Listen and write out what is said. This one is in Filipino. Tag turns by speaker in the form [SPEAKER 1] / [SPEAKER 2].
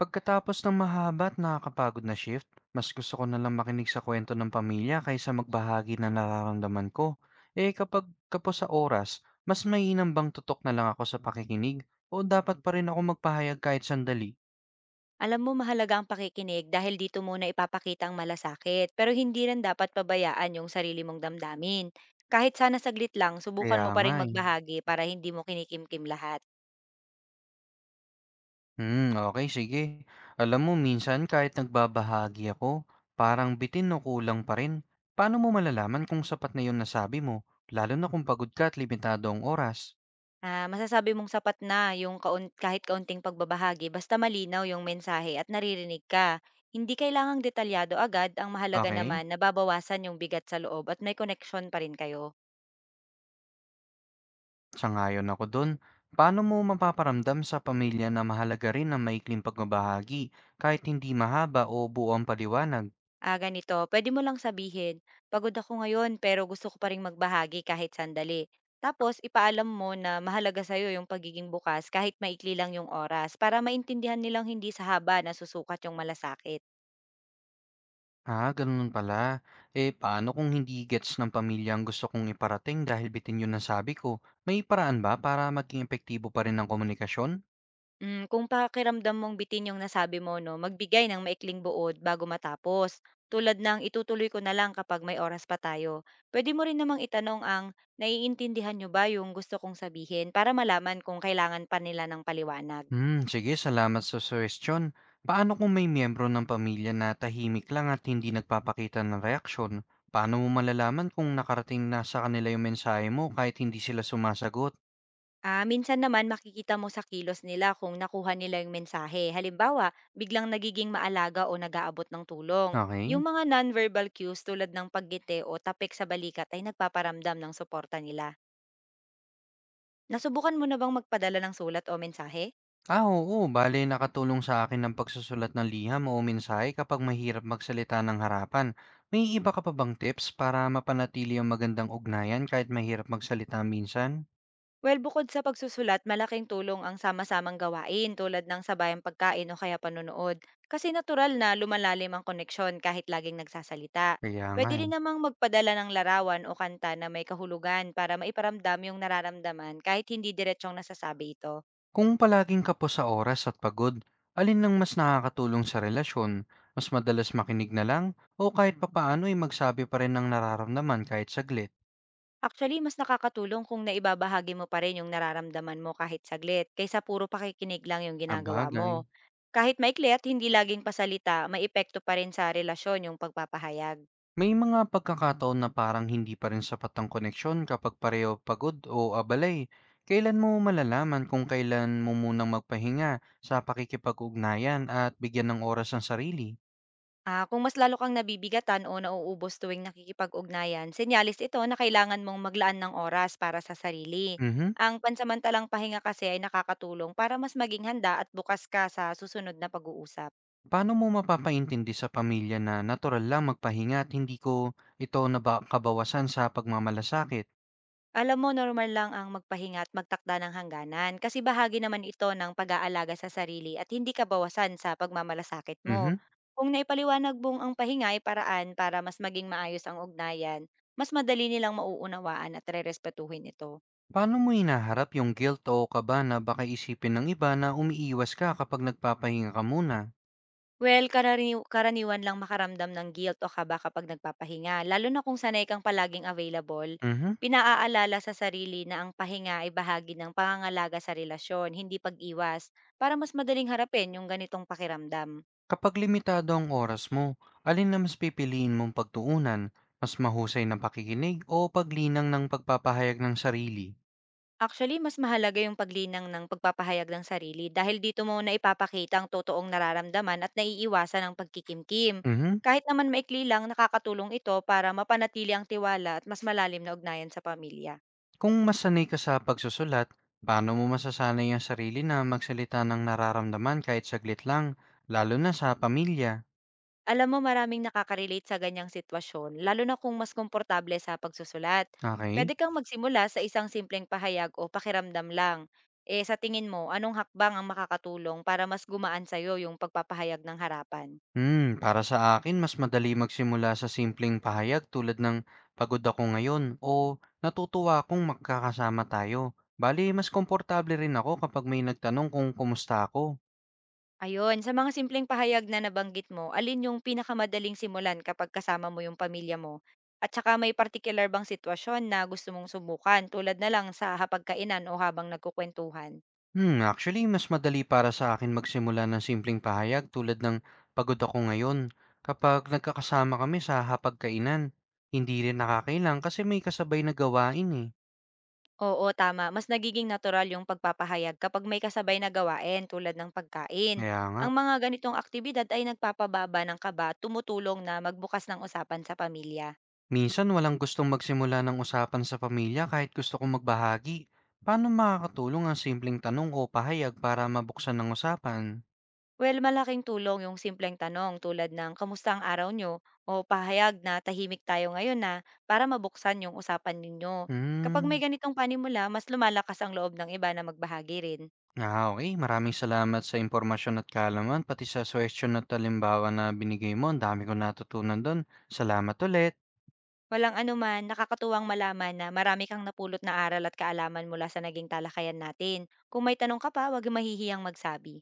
[SPEAKER 1] Pagkatapos ng mahaba at nakakapagod na shift, mas gusto ko na lang makinig sa kwento ng pamilya kaysa magbahagi ng nararamdaman ko. Eh kapag kapos sa oras, mas mainam bang tutok na lang ako sa pakikinig o dapat pa rin ako magpahayag kahit sandali?
[SPEAKER 2] Alam mo mahalaga ang pakikinig dahil dito muna ipapakita ang malasakit, pero hindi rin dapat pabayaan yung sarili mong damdamin. Kahit sana saglit lang, subukan
[SPEAKER 1] Kaya
[SPEAKER 2] mo pa
[SPEAKER 1] nga
[SPEAKER 2] rin
[SPEAKER 1] eh.
[SPEAKER 2] magbahagi para hindi mo kinikimkim lahat.
[SPEAKER 1] Hmm, okay, sige. Alam mo, minsan kahit nagbabahagi ako, parang bitin o kulang pa rin. Paano mo malalaman kung sapat na yun nasabi mo, lalo na kung pagod ka at limitado ang oras?
[SPEAKER 2] Ah, masasabi mong sapat na yung kahit kaunting pagbabahagi basta malinaw yung mensahe at naririnig ka. Hindi kailangang detalyado agad, ang mahalaga
[SPEAKER 1] Okay?
[SPEAKER 2] naman nababawasan yung bigat sa loob at may connection pa rin kayo.
[SPEAKER 1] Sangayon ako dun. Paano mo mapaparamdam sa pamilya na mahalaga rin ang maikling pagbabahagi kahit hindi mahaba o buo ang paliwanag?
[SPEAKER 2] Ah, ganito, pwede mo lang sabihin, pagod ako ngayon pero gusto ko pa ring magbahagi kahit sandali. Tapos ipaalam mo na mahalaga sa'yo yung pagiging bukas kahit maikli lang yung oras para maintindihan nilang hindi sa haba na susukat yung malasakit.
[SPEAKER 1] Ah, ganun pala. Eh, paano kung hindi gets ng pamilya ang gusto kong iparating dahil bitin yun ang sabi ko? May paraan ba para maging epektibo pa rin ang komunikasyon?
[SPEAKER 2] Kung pakiramdam mong bitin yung nasabi mo, no, magbigay ng maikling buod bago matapos. Tulad ng itutuloy ko na lang kapag may oras pa tayo. Pwede mo rin namang itanong ang naiintindihan nyo ba yung gusto kong sabihin para malaman kung kailangan pa nila ng paliwanag.
[SPEAKER 1] Hmm, sige, salamat sa suggestion. Paano kung may miyembro ng pamilya na tahimik lang at hindi nagpapakita ng reaksyon? Paano mo malalaman kung nakarating na sa kanila yung mensahe mo kahit hindi sila sumasagot?
[SPEAKER 2] Ah, minsan naman makikita mo sa kilos nila kung nakuha nila yung mensahe. Halimbawa, biglang nagiging maalaga o nag-aabot ng tulong. Yung
[SPEAKER 1] Okay.
[SPEAKER 2] mga non-verbal cues tulad ng paggiti o tapik sa balikat ay nagpaparamdam ng suporta nila. Nasubukan mo na bang magpadala ng sulat o mensahe?
[SPEAKER 1] Ah, oo, bale nakatulong sa akin ng pagsusulat ng liham o mensahe kapag mahirap magsalita ng harapan. May iba ka pa bang tips para mapanatili ang magandang ugnayan kahit mahirap magsalita minsan?
[SPEAKER 2] Well, bukod sa pagsusulat, malaking tulong ang sama-samang gawain tulad ng sabayang pagkain o kaya panunood. Kasi natural na lumalalim ang koneksyon kahit laging nagsasalita.
[SPEAKER 1] Kaya nga,
[SPEAKER 2] Pwede
[SPEAKER 1] eh.
[SPEAKER 2] rin namang magpadala ng larawan o kanta na may kahulugan para maiparamdam yung nararamdaman kahit hindi diretsong nasasabi ito.
[SPEAKER 1] Kung palaging kapos sa oras at pagod, alin ang mas nakakatulong sa relasyon? Mas madalas makinig na lang o kahit papaano ay magsabi pa rin ng nararamdaman kahit saglit?
[SPEAKER 2] Actually, mas nakakatulong kung naibabahagi mo pa rin yung nararamdaman mo kahit saglit kaysa puro pakikinig lang yung ginagawa mo.
[SPEAKER 1] Sabagay.
[SPEAKER 2] Kahit maikli at hindi laging pasalita, may epekto pa rin sa relasyon yung pagpapahayag.
[SPEAKER 1] May mga pagkakataon na parang hindi pa rin sapat ang koneksyon kapag pareho pagod o abala eh. Kailan mo malalaman kung kailan mo munang magpahinga sa pakikipag-ugnayan at bigyan ng oras ang sarili?
[SPEAKER 2] Ah, kung mas lalo kang nabibigatan o nauubos tuwing nakikipag-ugnayan, senyalis ito na kailangan mong maglaan ng oras para sa sarili.
[SPEAKER 1] Mhm.
[SPEAKER 2] Ang pansamantalang pahinga kasi ay nakakatulong para mas maging handa at bukas ka sa susunod na pag-uusap.
[SPEAKER 1] Paano mo mapapaintindi sa pamilya na natural lang magpahinga at hindi ko ito kabawasan sa pagmamalasakit?
[SPEAKER 2] Alam mo, normal lang ang magpahinga at magtakda ng hangganan kasi bahagi naman ito ng pag-aalaga sa sarili at hindi ka bawasan sa pagmamalasakit mo.
[SPEAKER 1] Mhm.
[SPEAKER 2] Kung naipaliwanag mong ang pahinga ay paraan para mas maging maayos ang ugnayan, mas madali nilang mauunawaan at rerespetuhin ito.
[SPEAKER 1] Paano mo hinaharap yung guilt o kaba na baka isipin ng iba na umiiwas ka kapag nagpapahinga ka muna?
[SPEAKER 2] Well, karaniwan lang makaramdam ng guilt o kaba kapag nagpapahinga, lalo na kung sanay kang palaging available.
[SPEAKER 1] Mhm.
[SPEAKER 2] Pinaalala sa sarili na ang pahinga ay bahagi ng pangangalaga sa relasyon, hindi pag-iwas, para mas madaling harapin yung ganitong pakiramdam.
[SPEAKER 1] Kapag limitado ang oras mo, alin na mas pipiliin mong pagtuunan? Mas mahusay na pakikinig o paglinang ng pagpapahayag ng sarili?
[SPEAKER 2] Actually, mas mahalaga yung paglinang ng pagpapahayag ng sarili dahil dito mo na ipapakita ang totoong nararamdaman at naiiwasan ang pagkikimkim.
[SPEAKER 1] Mhm.
[SPEAKER 2] Kahit naman maikli lang, nakakatulong ito para mapanatili ang tiwala at mas malalim na ugnayan sa pamilya.
[SPEAKER 1] Kung masanay ka sa pagsusulat, paano mo masasanay ang sarili na magsalita ng nararamdaman kahit saglit lang, lalo na sa pamilya?
[SPEAKER 2] Alam mo maraming nakaka-relate sa ganyang sitwasyon, lalo na kung mas komportable sa pagsusulat.
[SPEAKER 1] Okay?
[SPEAKER 2] Pwede kang magsimula sa isang simpleng pahayag o pakiramdam lang. Eh sa tingin mo, anong hakbang ang makakatulong para mas gumaan sa'yo yung pagpapahayag ng harapan?
[SPEAKER 1] Para sa akin, mas madali magsimula sa simpleng pahayag tulad ng pagod ako ngayon o natutuwa akong magkakasama tayo. Bali, mas komportable rin ako kapag may nagtanong kung kumusta ako.
[SPEAKER 2] Ayun, sa mga simpleng pahayag na nabanggit mo, alin yung pinakamadaling simulan kapag kasama mo yung pamilya mo? At saka may particular bang sitwasyon na gusto mong subukan tulad na lang sa hapagkainan o habang nagkukwentuhan?
[SPEAKER 1] Actually, mas madali para sa akin magsimula ng simpleng pahayag tulad ng pagod ako ngayon kapag nagkakasama kami sa hapagkainan. Hindi rin nakakailang kasi may kasabay na gawain eh.
[SPEAKER 2] Oo, tama. Mas nagiging natural yung pagpapahayag kapag may kasabay na gawain tulad ng pagkain.
[SPEAKER 1] Kaya nga.
[SPEAKER 2] Ang mga ganitong aktibidad ay nagpapababa ng kaba, at tumutulong na magbukas ng usapan sa pamilya.
[SPEAKER 1] Minsan walang gustong magsimula ng usapan sa pamilya kahit gusto kong magbahagi. Paano makakatulong ang simpleng tanong o pahayag para mabuksan ng usapan?
[SPEAKER 2] Well, malaking tulong yung simpleng tanong tulad ng kamusta ang araw nyo o pahayag na tahimik tayo ngayon na para mabuksan yung usapan ninyo. Kapag may
[SPEAKER 1] Hmm,
[SPEAKER 2] ganitong panimula, mas lumalakas ang loob ng iba na magbahagi rin.
[SPEAKER 1] ah, okay. Maraming salamat sa impormasyon at kaalaman, pati sa suwestyon at talimbawa na binigay mo. Ang dami kong natutunan doon. Salamat ulit.
[SPEAKER 2] Walang anuman, nakakatuwang malaman na marami kang napulot na aral at kaalaman mula sa naging talakayan natin. Kung may tanong ka pa, huwag mahihiyang magsabi.